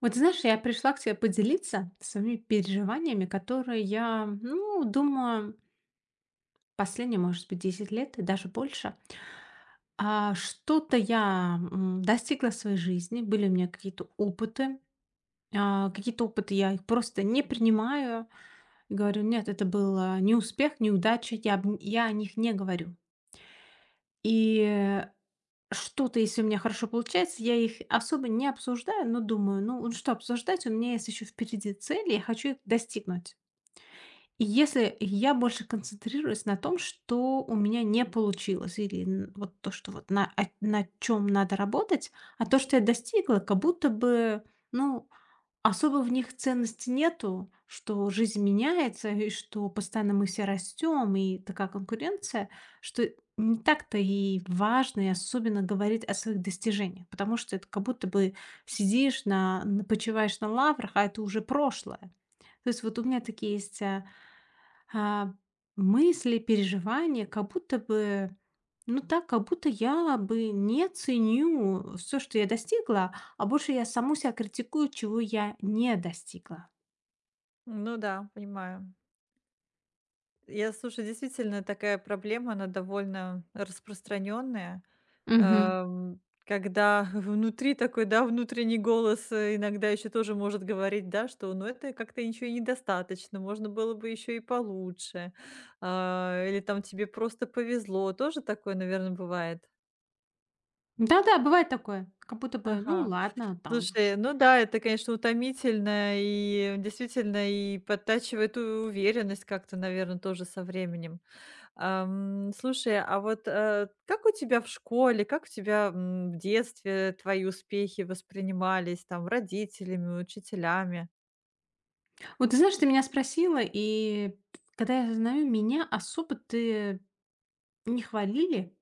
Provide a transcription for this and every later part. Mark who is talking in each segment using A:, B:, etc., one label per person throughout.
A: Вот знаешь, я пришла к тебе поделиться своими переживаниями, которые я, думаю, последние, может быть, 10 лет и даже больше. Что-то я достигла в своей жизни, были у меня какие-то опыты, какие-то опыты я их просто не принимаю и говорю, нет, это не успех, неудача, я о них не говорю. И что-то, если у меня хорошо получается, я их особо не обсуждаю, но думаю, ну что обсуждать, у меня есть еще впереди цели, я хочу их достигнуть. И если я больше концентрируюсь на том, что у меня не получилось, вот то, что на чем надо работать, а то, что я достигла, как будто бы, ну, особо в них ценности нету, что жизнь меняется, и что постоянно мы все растем, и такая конкуренция, что не так-то и важно, и особенно говорить о своих достижениях, потому что это как будто бы сидишь почиваешь на лаврах, а это уже прошлое. То есть вот у меня такие есть а, мысли, переживания, как будто бы, ну так, как будто я бы не ценю все, что я достигла, а больше я саму себя критикую, чего я не достигла.
B: Ну да, понимаю. Я, слушай, действительно, такая проблема, она довольно распространенная.
A: Мгм.
B: Эм, Когда внутри такой, да, внутренний голос иногда еще тоже может говорить, да, что ну это как-то ничего и недостаточно, можно было бы еще и получше. А, или там тебе просто повезло. Тоже такое, наверное, бывает.
A: Да-да, бывает такое. Как будто бы, ну
B: Ага.
A: ладно, там
B: Слушай,
A: уж.
B: ну да, это, конечно, утомительно и действительно и подтачивает уверенность как-то, наверное, тоже со временем. Слушай, а вот, как у тебя в школе, как у тебя, в детстве твои успехи воспринимались там родителями, учителями?
A: Вот ты знаешь, ты меня спросила, и когда я знаю, меня особо ты не хвалили.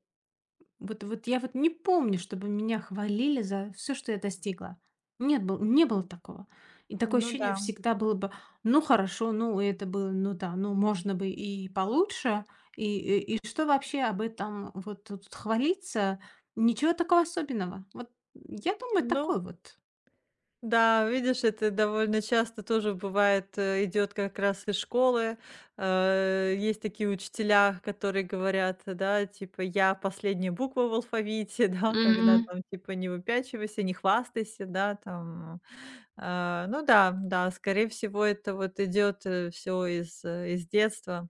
A: Вот я вот не помню, чтобы меня хвалили за все, что я достигла. Нет, был не было такого. И такое
B: Ну
A: ощущение
B: да.
A: всегда было бы: «Ну хорошо, ну это было, ну да, ну можно бы и получше». И что вообще об этом вот тут хвалиться? Ничего такого особенного. Вот я думаю,
B: Ну
A: такой вот.
B: да, видишь, это довольно часто тоже бывает, идет как раз из школы. Есть такие учителя, которые говорят, да, типа, я последняя буква в алфавите, да, когда там, типа, не выпячивайся, не хвастайся, да, там. А, ну да, да, скорее всего, это вот идет все из, из детства.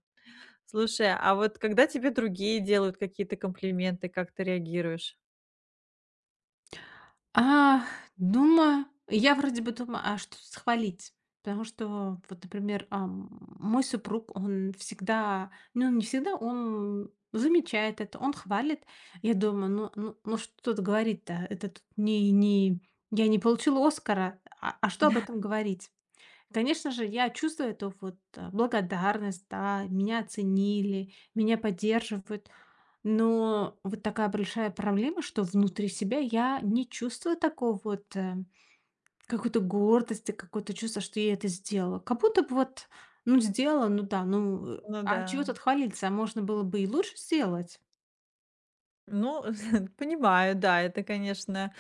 B: Слушай, а вот когда тебе другие делают какие-то комплименты, как ты реагируешь?
A: А, думаю, я вроде бы думаю, а что схвалить? Потому что, вот, например, мой супруг, он всегда, ну, не всегда, он замечает это, он хвалит. Я думаю, ну что тут говорить-то? Это тут не, не, я не получила Оскара, а что об этом говорить? Конечно же, я чувствую эту вот, благодарность, да, меня оценили, меня поддерживают. Но вот такая большая проблема, что внутри себя я не чувствую такого вот какой-то гордости, какое-то чувство, что я это сделала. Как будто бы вот, ну, сделала, ну да, ну,
B: Ну
A: а чего
B: да.
A: тут хвалиться? Можно было бы и лучше сделать.
B: Ну, понимаю, да, это, конечно,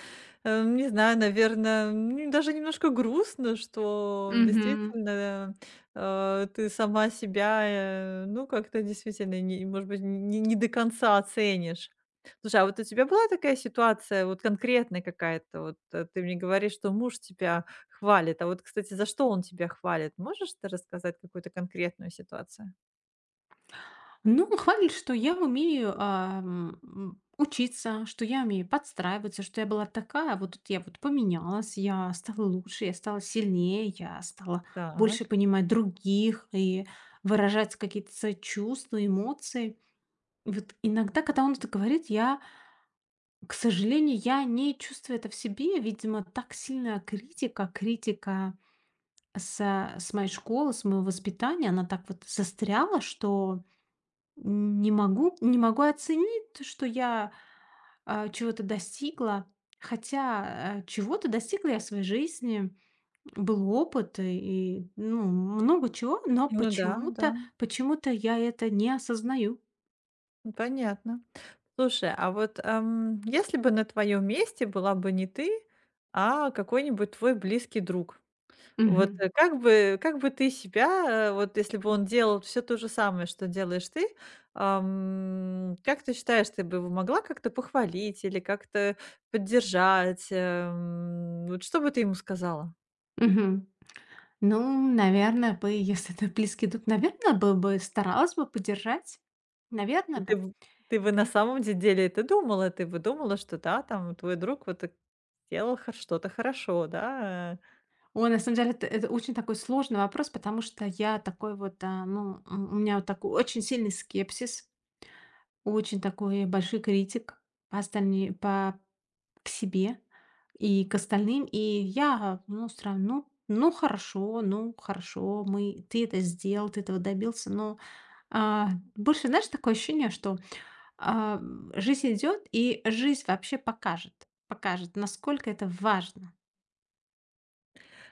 B: Не знаю, наверное, даже немножко грустно, что
A: Мгм.
B: действительно, ты сама себя, ну, как-то действительно не может быть, не до конца оценишь. Слушай, а вот у тебя была такая ситуация, вот конкретная какая-то? Вот, ты мне говоришь, что муж тебя хвалит. А вот, кстати, за что он тебя хвалит? Можешь ты рассказать какую-то конкретную ситуацию?
A: Ну, хвалит, что я умею, учиться, что я умею подстраиваться, что я была такая, вот тут я вот поменялась, я стала лучше, я стала сильнее, я стала больше
B: Так.
A: понимать других и выражать какие-то свои чувства, эмоции. Вот иногда, когда он это говорит, я, к сожалению, я не чувствую это в себе. Видимо, так сильная критика с, с моей школы, с моего воспитания, она так вот застряла, что не могу оценить, что я чего-то достигла. Хотя чего-то достигла я в своей жизни, был опыт и, ну, много чего, но
B: Ну да, да.
A: почему-то я это не осознаю.
B: Ну, понятно. Слушай, а вот, если бы на твоем месте была бы не ты, а какой-нибудь твой близкий друг, вот,
A: Мгм.
B: как бы ты себя, вот если бы он делал все то же самое, что делаешь ты, как ты считаешь, ты бы его могла как-то похвалить или как-то поддержать? Вот что бы ты ему сказала?
A: Мгм. Ну, наверное, бы, если это близкий друг, наверное, бы старалась бы поддержать. Наверное
B: И
A: бы.
B: ты бы на
A: Ведь...
B: самом де деле это думала, ты бы думала, что да, там твой друг вот, делал хор что-то хорошо, да, э
A: Ой, на самом деле, это очень такой сложный вопрос, потому что я такой вот, у меня вот такой очень сильный скепсис. Очень такой большой критик по остальни по к себе и к остальным. И я, ну, всё равно, ну, хорошо, мы ты это сделал, ты этого добился. Но, а, больше, знаешь, такое ощущение, что, а, жизнь идет и жизнь вообще покажет, насколько это важно.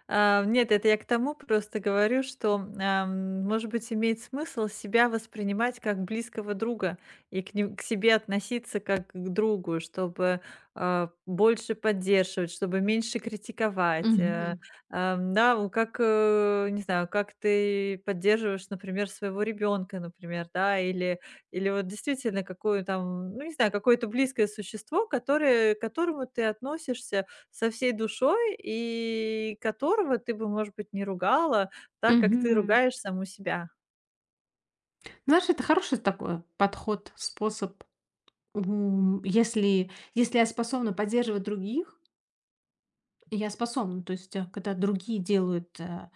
B: А, нет, это я к тому просто говорю, что, может быть, имеет смысл себя воспринимать как близкого друга и к себе относиться как к другу, чтобы, больше поддерживать, чтобы меньше критиковать.
A: Мгм.
B: Да, у как, не знаю, как ты поддерживаешь, например, своего ребенка, например, да, или или вот действительно какую там, ну, не знаю, какое-то близкое существо, которое к которому ты относишься со всей душой и которого ты бы, может быть, не ругала так, как ты
A: Мгм.
B: ругаешь саму себя.
A: Знаешь, это хороший такой подход, способ. Если я способна поддерживать других. Я способна. То есть, когда другие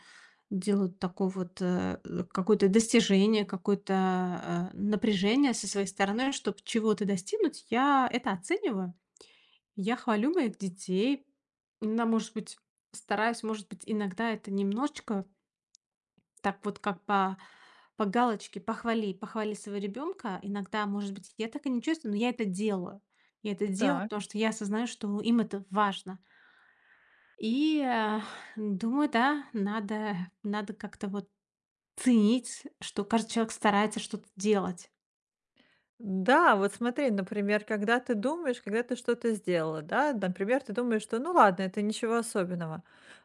A: делают такое вот какое-то достижение, какое-то напряжение со своей стороны, чтобы чего-то достигнуть, я это оцениваю. Я хвалю моих детей. Иногда, может быть, стараюсь, может быть, иногда это немножечко так вот по галочке похвали своего ребенка. Иногда, может быть, я так и не чувствую, но я это делаю. Я это делаю,
B: Так.
A: потому что я осознаю, что им это важно. И, э, думаю, да, надо как-то вот ценить, что каждый человек старается что-то делать.
B: Да, вот смотри, например, когда ты думаешь, когда ты что-то сделала, да, например, ты думаешь, что ну ладно, это ничего особенного.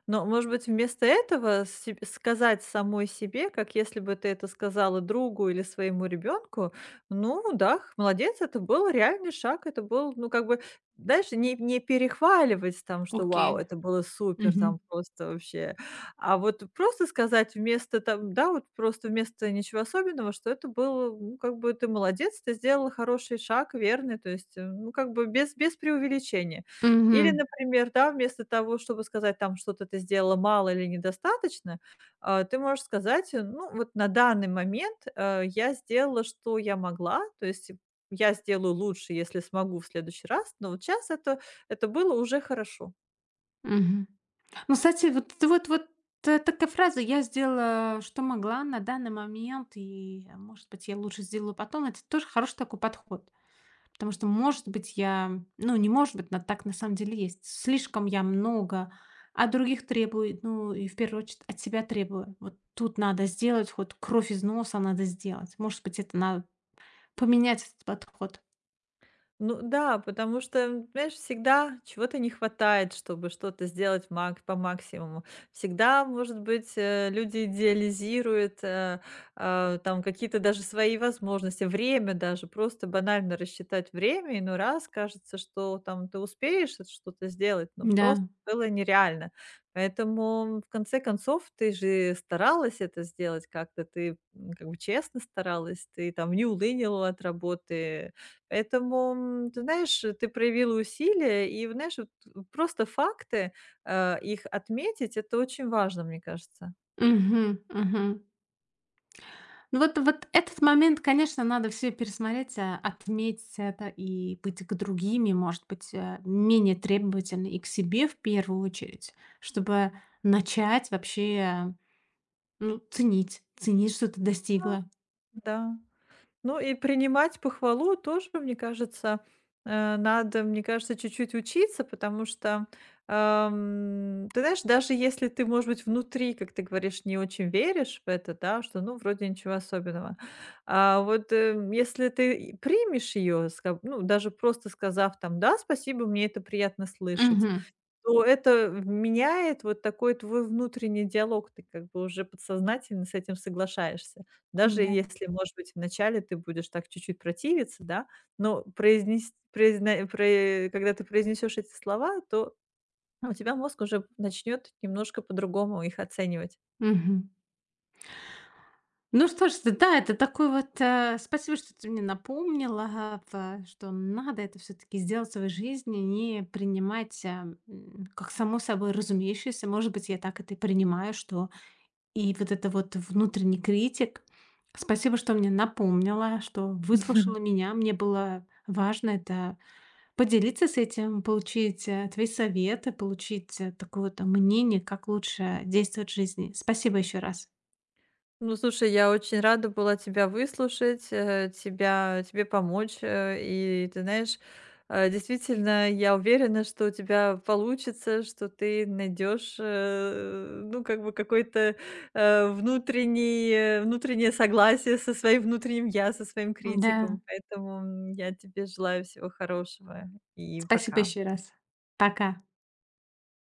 B: Но, может быть, вместо этого сказать самой себе, как если бы ты это сказала другу или своему ребенку, ну да, молодец, это был реальный шаг, это был, ну как бы, дальше не перехваливать там, что вау,
A: Окей.
B: это было супер,
A: Мгм.
B: там просто вообще а вот просто сказать вместо там, да, вот просто вместо ничего особенного, что это было, ну, как бы ты молодец, ты сделала хороший шаг, верный, то есть, ну, как бы без, без преувеличения. Или,
A: Мгм.
B: например, да, вместо того, чтобы сказать там что-то ты сделала мало или недостаточно, ты можешь сказать, ну, вот на данный момент я сделала, что я могла, то есть я сделаю лучше, если смогу в следующий раз, но вот сейчас это было уже хорошо.
A: Мгм. Ну, кстати, вот такая фраза: «Я сделала, что могла на данный момент, и, может быть, я лучше сделаю потом». Это тоже хороший такой подход. Потому что, может быть, но так на самом деле есть. Слишком я много от других требую, ну, и в первую очередь от себя требую. Вот тут надо сделать, хоть кровь из носа надо сделать. Может быть, это надо поменять этот подход.
B: Ну да, потому что, знаешь, всегда чего-то не хватает, чтобы что-то сделать по максимуму. Всегда, может быть, люди идеализируют там какие-то даже свои возможности, время даже, просто банально рассчитать время, иной раз кажется, что там ты успеешь это что-то сделать, но просто
A: Да.
B: было нереально. Поэтому, в конце концов, ты же старалась это сделать как-то, ты как бы честно старалась, ты там не улынила от работы. Поэтому, ты знаешь, ты проявила усилия, и, знаешь, вот просто факты, их отметить - это очень важно, мне кажется.
A: Мгм, мгм. Ну вот этот момент, конечно, надо все пересмотреть, отметить это и быть к другими, может быть, менее требовательной и к себе в первую очередь, чтобы начать вообще, ну, ценить, ценить, что ты достигла.
B: Да. Ну и принимать похвалу тоже, мне кажется, надо, мне кажется, чуть-чуть учиться, потому что, ты знаешь, даже если ты, может быть, внутри, как ты говоришь, не очень веришь в это, да, что, ну, вроде ничего особенного, а вот, если ты и примешь ее, ну, даже просто сказав там: "Да, спасибо, мне это приятно слышать",
A: Мгм.
B: то это меняет вот такой твой внутренний диалог. Ты как бы уже подсознательно с этим соглашаешься. Даже
A: Да.
B: если, может быть, вначале ты будешь так чуть-чуть противиться, да, но произнес произне про когда ты произнесешь эти слова, то у тебя мозг уже начнет немножко по-другому их оценивать.
A: Мгм. Ну что ж ты, да, это такой вот, спасибо, что ты мне напомнила, что надо это все-таки сделать в своей жизни, не принимать как само собой разумеющееся. Может быть, я так это и принимаю, что и вот это вот внутренний критик. Спасибо, что мне напомнила, что выслушала меня. Мне было важно это поделиться с этим, получить, твои советы, получить, такое то мнение, как лучше действовать в жизни. Спасибо еще раз.
B: Ну, слушай, я очень рада была тебя выслушать, тебя, тебе помочь. И ты знаешь, действительно, я уверена, что у тебя получится, что ты найдешь, ну, как бы какой-то внутренний, внутреннее согласие со своим внутренним я, со своим
A: Да,
B: критиком. Поэтому я тебе желаю всего хорошего и
A: спасибо
B: пока.
A: еще раз. Пока.